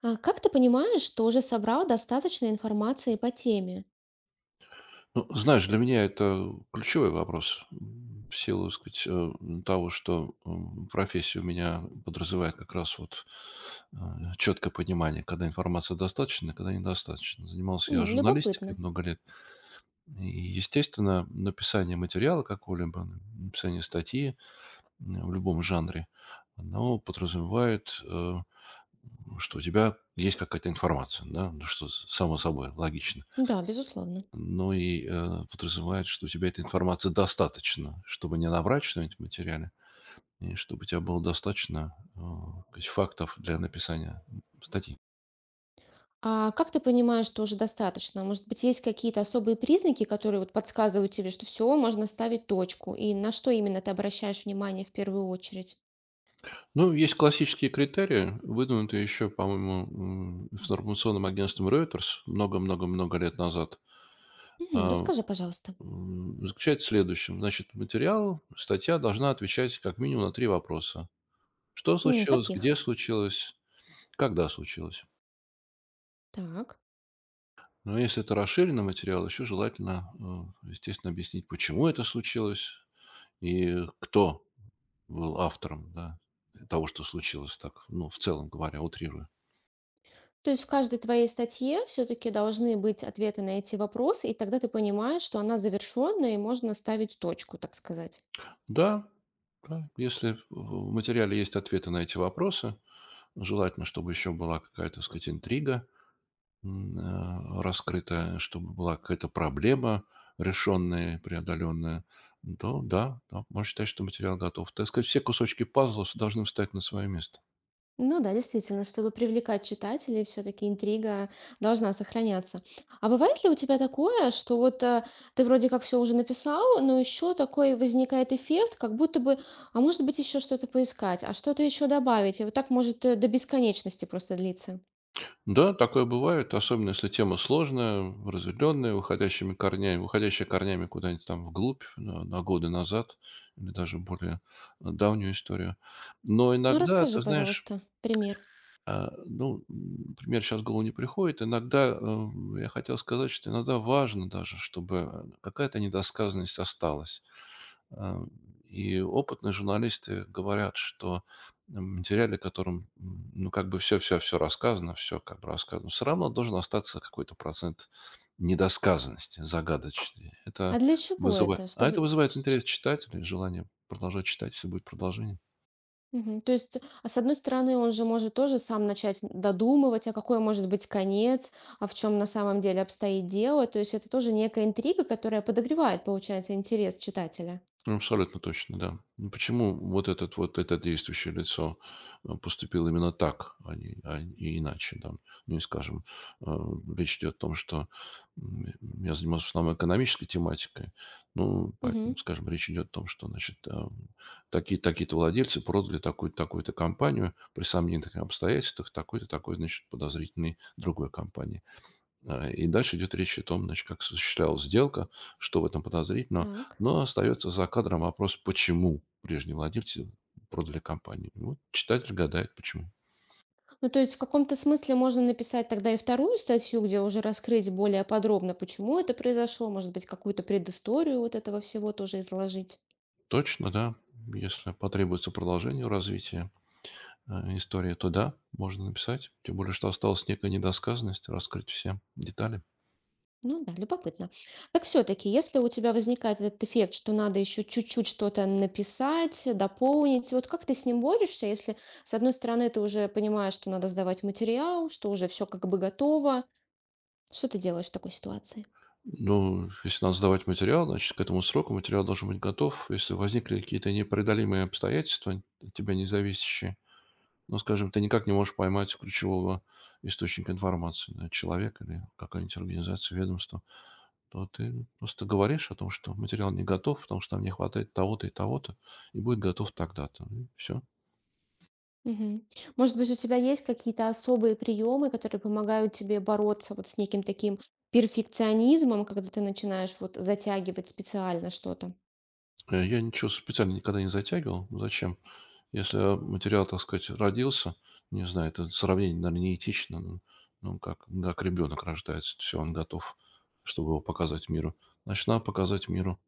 А как ты понимаешь, что уже собрал достаточно информации по теме? Ну, знаешь, для меня это ключевой вопрос. В силу, так сказать, того, что профессия у меня подразумевает как раз вот четкое понимание, когда информация достаточна, когда недостаточно. Занимался я журналистикой Любопытно. много лет. И, естественно, написание материала какого-либо, написание статьи в любом жанре, оно подразумевает, что у тебя есть какая-то информация, да, ну что само собой, логично, Да, безусловно. но и, подразумевает, что у тебя этой информации достаточно, чтобы не наврать что-нибудь в материале, и чтобы у тебя было достаточно, то есть, фактов для написания статьи. А как ты понимаешь, что уже достаточно? Может быть, есть какие-то особые признаки, которые вот подсказывают тебе, что все, можно ставить точку? И на что именно ты обращаешь внимание в первую очередь? Ну, есть классические критерии, выдвинутые еще, по-моему, информационным агентством Reuters много-много-много лет назад. Мгм, А, расскажи, пожалуйста. Заключается в следующем. Значит, материал, статья должна отвечать как минимум на 3 вопроса: что случилось, Каких? где случилось, когда случилось. Так. Но если это расширенный материал, еще желательно, естественно, объяснить, почему это случилось и кто был автором, да, того, что случилось, так, ну, в целом говоря, утрирую. То есть в каждой твоей статье все-таки должны быть ответы на эти вопросы, и тогда ты понимаешь, что она завершенная, и можно ставить точку, так сказать. Да, да, если в материале есть ответы на эти вопросы, желательно, чтобы еще была какая-то, так сказать, интрига раскрытая, чтобы была какая-то проблема решенная, преодоленная, то да, да, можно считать, что материал готов. Так сказать, все кусочки пазла должны встать на свое место. Ну да, действительно, чтобы привлекать читателей, все-таки интрига должна сохраняться. А бывает ли у тебя такое, что вот ты вроде как все уже написал, но еще такой возникает эффект, как будто бы, а может быть еще что-то поискать, а что-то еще добавить, и вот так может до бесконечности просто длиться. Да, такое бывает, особенно если тема сложная, разветвленная, выходящими корнями, выходящая корнями куда-нибудь там вглубь, на годы назад, или даже более давнюю историю. Но Ну иногда, расскажи, ты знаешь, пожалуйста, пример. Ну, например, сейчас в голову не приходит. Иногда, я хотел сказать, что иногда важно даже, чтобы какая-то недосказанность осталась. А, и опытные журналисты говорят, что в материале, которым, ну, как бы, все-все-все рассказано, все как бы рассказано, все равно должен остаться какой-то процент недосказанности, загадочности. Это А для чего вызывает... это? А это Чтобы вызывает интерес читателей, желание продолжать читать, если будет продолжение. Мгм. То есть, а с одной стороны, он же может тоже сам начать додумывать, а какой может быть конец, а в чем на самом деле обстоит дело. То есть это тоже некая интрига, которая подогревает, получается, интерес читателя. Ну, абсолютно точно, да. Ну, почему вот это действующее лицо поступило именно так, а не иначе, да? Ну, и скажем, э, речь идет о том, что я занимался в основном экономической тематикой, ну, Мгм. поэтому, скажем, речь идет о том, что, значит, такие, такие-то владельцы продали такую-то, такую-то компанию при сомнительных обстоятельствах такой-то, такой, значит, подозрительной другой компании. И дальше идет речь о том, значит, как осуществлялась сделка, что в этом подозрительного. Так. Но остается за кадром вопрос, почему прежние владельцы продали компанию. И вот читатель гадает, почему. Ну, то есть в каком-то смысле можно написать тогда и вторую статью, где уже раскрыть более подробно, почему это произошло, может быть, какую-то предысторию вот этого всего тоже изложить. Точно, да. Если потребуется продолжение развития истории, то да, можно написать. Тем более, что осталась некая недосказанность, раскрыть все детали. Ну да, любопытно. Так все-таки, если у тебя возникает этот эффект, что надо еще чуть-чуть что-то написать, дополнить, вот как ты с ним борешься, если, с одной стороны, ты уже понимаешь, что надо сдавать материал, что уже все как бы готово, что ты делаешь в такой ситуации? Ну, если надо сдавать материал, значит, к этому сроку материал должен быть готов. Если возникли какие-то непреодолимые обстоятельства, от тебя не зависящие, ну, скажем, ты никак не можешь поймать ключевого источника информации, да, человек или какая-нибудь организация, ведомство, то ты просто говоришь о том, что материал не готов, потому что там не хватает того-то и того-то, и будет готов тогда-то. И все. Мгм. Может быть, у тебя есть какие-то особые приемы, которые помогают тебе бороться вот с неким таким перфекционизмом, когда ты начинаешь вот затягивать специально что-то? Я ничего специально никогда не затягивал. Ну, зачем? Если материал, так сказать, родился, не знаю, это сравнение, наверное, неэтично, но, ну, как ребенок рождается, все, он готов, чтобы его показать миру. Значит, надо показать миру.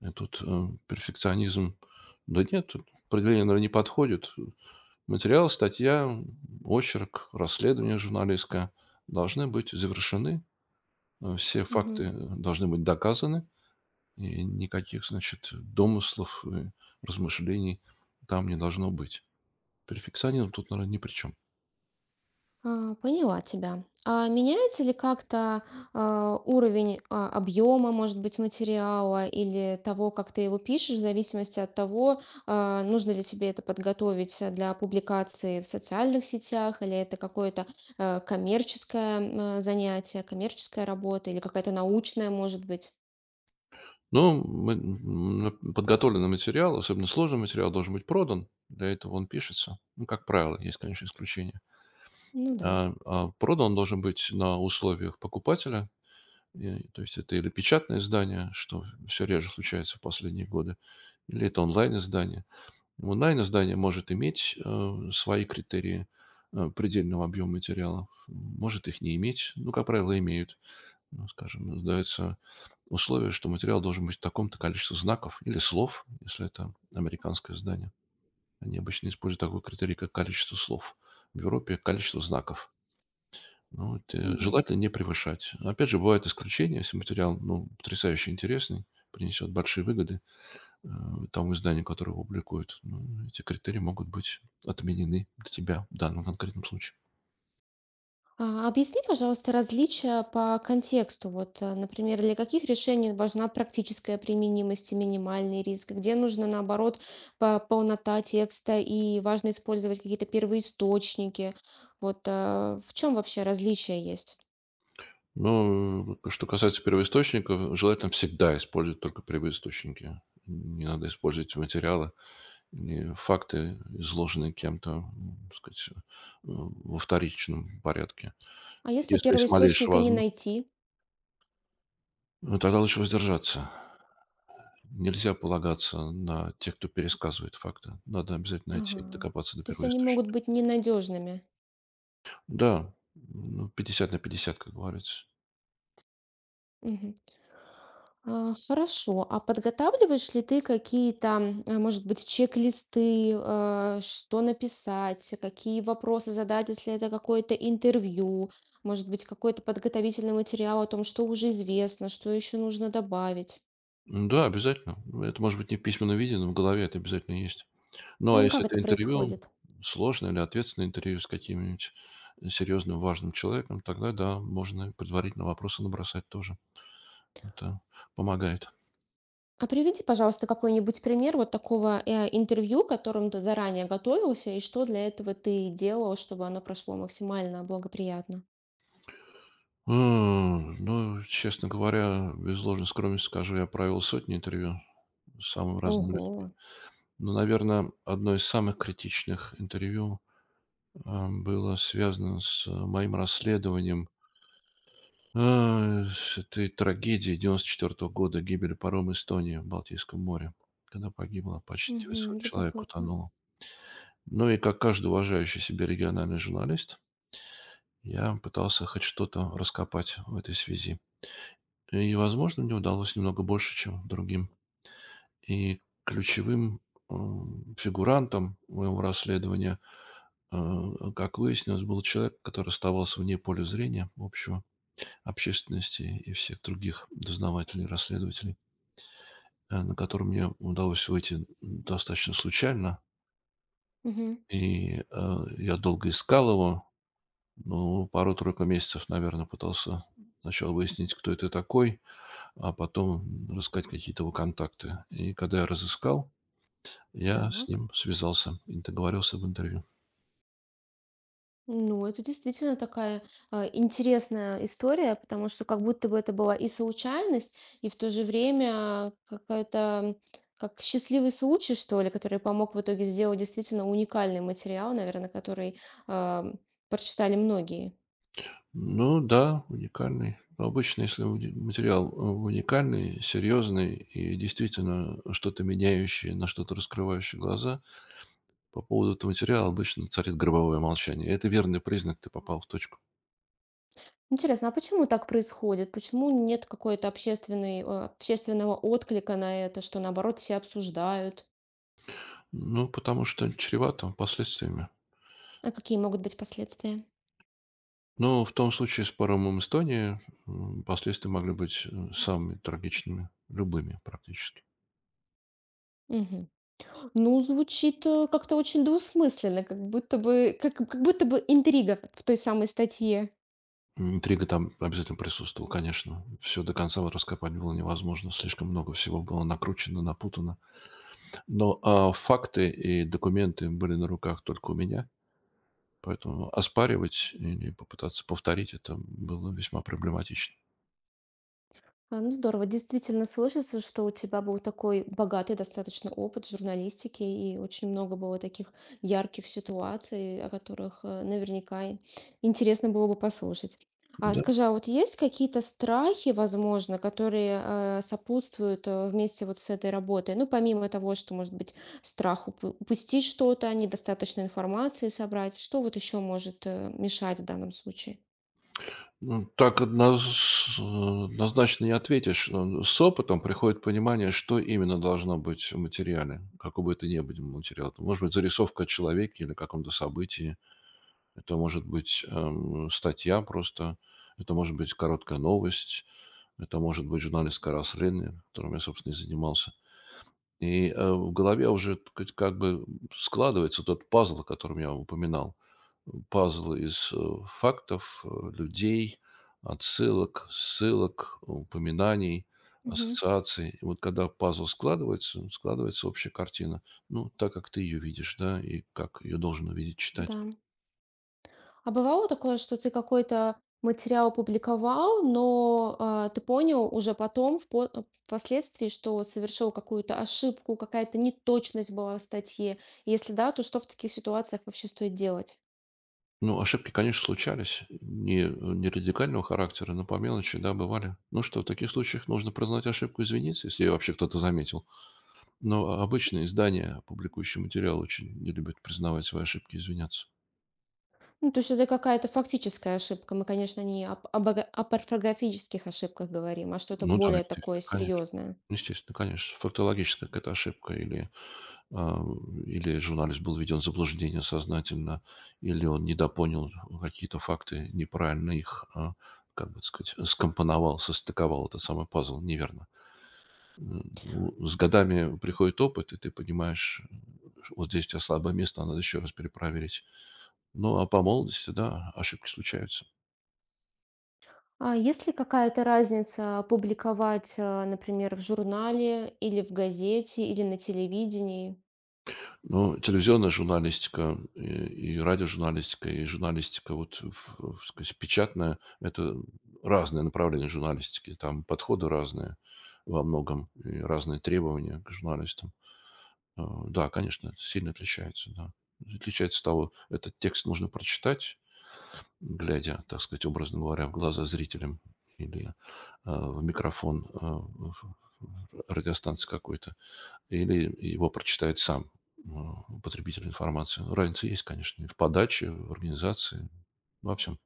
Этот, перфекционизм. Да нет, тут определение, наверное, не подходит. Материал, статья, очерк, расследование журналистское должны быть завершены. Все факты должны быть доказаны, и никаких, значит, домыслов и размышлений там не должно быть. Перфекционизм тут, наверное, ни при чем. Поняла тебя. А меняется ли как-то уровень объема, может быть, материала или того, как ты его пишешь, в зависимости от того, нужно ли тебе это подготовить для публикации в социальных сетях, или это какое-то коммерческое занятие, коммерческая работа, или какая-то научная, может быть? Но мы, подготовленный материал, особенно сложный материал, должен быть продан. Для этого он пишется. Ну, как правило, есть, конечно, исключения. Ну да. А продан он должен быть на условиях покупателя. И, то есть, это или печатное издание, что все реже случается в последние годы, или это онлайн-издание. Онлайн-издание может иметь свои критерии предельного объема материала, может их не иметь, ну, как правило, имеют. Ну, скажем, дается условие, что материал должен быть в таком-то количестве знаков или слов, если это американское издание. Они обычно используют такой критерий, как количество слов. В Европе — количество знаков. Ну, вот, желательно не превышать. Опять же, бывают исключения: если материал, ну, потрясающе интересный, принесет большие выгоды э, тому изданию, которое его публикует, ну, эти критерии могут быть отменены для тебя в данном конкретном случае. Объясни, пожалуйста, различия по контексту. Вот, например, для каких решений важна практическая применимость и минимальный риск, где нужно, наоборот, полнота текста и важно использовать какие-то первоисточники. Вот, в чем вообще различия есть? Но вот что касается первоисточников, желательно всегда использовать только первоисточники. Не надо использовать материалы или факты, изложенные кем-то, так сказать, во вторичном порядке. А если Если есть малейшая первоисточника не возможность, найти? ну, тогда лучше воздержаться. Нельзя полагаться на тех, кто пересказывает факты. Надо обязательно найти, Ага. докопаться до То есть они могут первоисточника. быть ненадежными. Да, ну, 50 на 50, как говорится. Хорошо. А подготавливаешь ли ты какие-то, может быть, чек-листы, что написать, какие вопросы задать, если это какое-то интервью, может быть, какой-то подготовительный материал о том, что уже известно, что еще нужно добавить? Да, обязательно. Ну, это может быть не в письменном виде, но в голове это обязательно есть. Ну, а Как если это это интервью, происходит? сложное или ответственное интервью с каким-нибудь серьезным, важным человеком, тогда, да, можно предварительно вопросы набросать тоже. Это помогает. А приведи, пожалуйста, какой-нибудь пример вот такого интервью, к которому ты заранее готовился, и что для этого ты делал, чтобы оно прошло максимально благоприятно. Ну, честно говоря, без ложной скромности скажу, я провел сотни интервью с самым разным людям. Ого. Ну, наверное, одно из самых критичных интервью было связано с, моим расследованием, с этой трагедии 94 года, гибели парома «Эстония» в Балтийском море, когда погибло почти Мгм, 900 человек, любопытно. утонуло. Ну и как каждый уважающий себя региональный журналист, я пытался хоть что-то раскопать в этой связи. И, возможно, мне удалось немного больше, чем другим. И ключевым, фигурантом моего расследования, как выяснилось, был человек, который оставался вне поля зрения общего, общественности и всех других дознавателей, расследователей, на который мне удалось выйти достаточно случайно. Мгм. И я долго искал его, ну, пару-тройку месяцев, наверное, пытался сначала выяснить, кто это такой, а потом рассказать какие-то его контакты. И когда я разыскал, я с Так. ним связался и договорился об интервью. Ну, это действительно такая интересная история, потому что как будто бы это была и случайность, и в то же время какая-то как счастливый случай, что ли, который помог в итоге сделать действительно уникальный материал, наверное, который а, прочитали многие. Ну да, уникальный. Обычно, если материал уникальный, серьезный и действительно что-то меняющее, на что-то раскрывающее глаза, по поводу этого материала обычно царит гробовое молчание. Это верный признак, ты попал в точку. Интересно, а почему так происходит? Почему нет какой-то общественной, общественного отклика на это, что наоборот все обсуждают? Ну, потому что чревато последствиями. А какие могут быть последствия? Но в том случае с паромом Эстонии последствия могли быть самыми трагичными, любыми практически. Ну, звучит, как-то очень двусмысленно, как будто бы интрига в той самой статье. Интрига там обязательно присутствовала, конечно. Все до конца вот раскопать было невозможно. Слишком много всего было накручено, напутано. Но, факты и документы были на руках только у меня, поэтому оспаривать или попытаться повторить это было весьма проблематично. Ну, здорово. Действительно слышится, что у тебя был такой богатый достаточно опыт в журналистике, и очень много было таких ярких ситуаций, о которых наверняка и интересно было бы послушать. А Да. скажи, а вот есть какие-то страхи, возможно, которые сопутствуют вместе вот с этой работой? Ну, помимо того, что, может быть, страх упустить что-то, недостаточно информации собрать, что вот еще может мешать в данном случае? Ну, так однозначно не ответишь. С опытом приходит понимание, что именно должно быть в материале, какой бы это ни был материал. Это может быть зарисовка о человеке или каком-то событии, это может быть, статья просто, это может быть короткая новость, это может быть журналистское расследование, которым я, собственно, и занимался. И, в голове уже, так сказать, как бы складывается тот пазл, о котором я упоминал. Пазл из, фактов, людей, отсылок, ссылок, упоминаний, Мгм. ассоциаций. И вот когда пазл складывается, складывается общая картина. Ну, так, как ты ее видишь, да, и как ее должен увидеть читать. Да. А бывало такое, что ты какой-то материал опубликовал, но ты понял уже потом, впоследствии, что совершил какую-то ошибку, какая-то неточность была в статье? Если да, то что в таких ситуациях вообще стоит делать? Ну, ошибки, конечно, случались. Не радикального характера, но по мелочи, да, бывали. Ну что, в таких случаях нужно признать ошибку, извиниться, если ее вообще кто-то заметил. Но обычно издания, публикующие материал, очень не любят признавать свои ошибки и извиняться. Ну, то есть это какая-то фактическая ошибка. Мы, конечно, не об, об ора- об орфографических ошибках говорим, а что-то Ну да, более такое естественно, конечно. серьезное. Естественно, конечно. Фактологическая какая-то ошибка, или, а, или журналист был введен в заблуждение сознательно, или он недопонял какие-то факты, неправильно их, как бы, так сказать, скомпоновал, состыковал этот самый пазл неверно. Ну, с годами приходит опыт, и ты понимаешь: вот здесь у тебя слабое место, а надо еще раз перепроверить. Ну, а по молодости, да, ошибки случаются. А есть ли какая-то разница публиковать, например, в журнале или в газете или на телевидении? Ну, телевизионная журналистика, и радиожурналистика, и журналистика, вот, ф ф сказать, печатная — это разные направления журналистики. Там подходы разные во многом и разные требования к журналистам. Да, конечно, это сильно отличается, да. Отличается от того, этот текст нужно прочитать, глядя, так сказать, образно говоря, в глаза зрителям или, в микрофон, в радиостанции какой-то. Или его прочитает сам, потребитель информации. Ну, разница есть, конечно, и в подаче, в организации, во всем.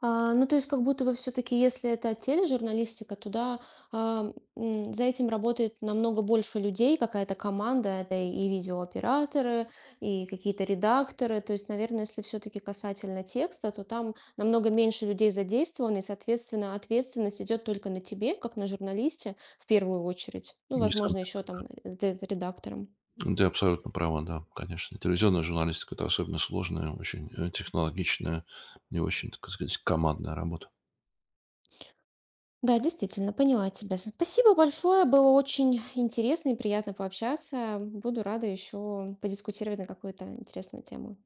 Ну, то есть как будто бы все таки если это тележурналистика, туда, за этим работает намного больше людей, какая-то команда. Это и видеооператоры, и какие-то редакторы. То есть, наверное, если все таки касательно текста, то там намного меньше людей задействовано, и, соответственно, ответственность идет только на тебе, как на журналисте, в первую очередь. Ну, возможно, еще Несомненно, да. там ре редактором. Ну, ты абсолютно права, да, конечно. Телевизионная журналистика — это особенно сложная, очень технологичная и очень, так сказать, командная работа. Да, действительно, поняла тебя. Спасибо большое, было очень интересно и приятно пообщаться. Буду рада еще подискутировать на какую-то интересную тему.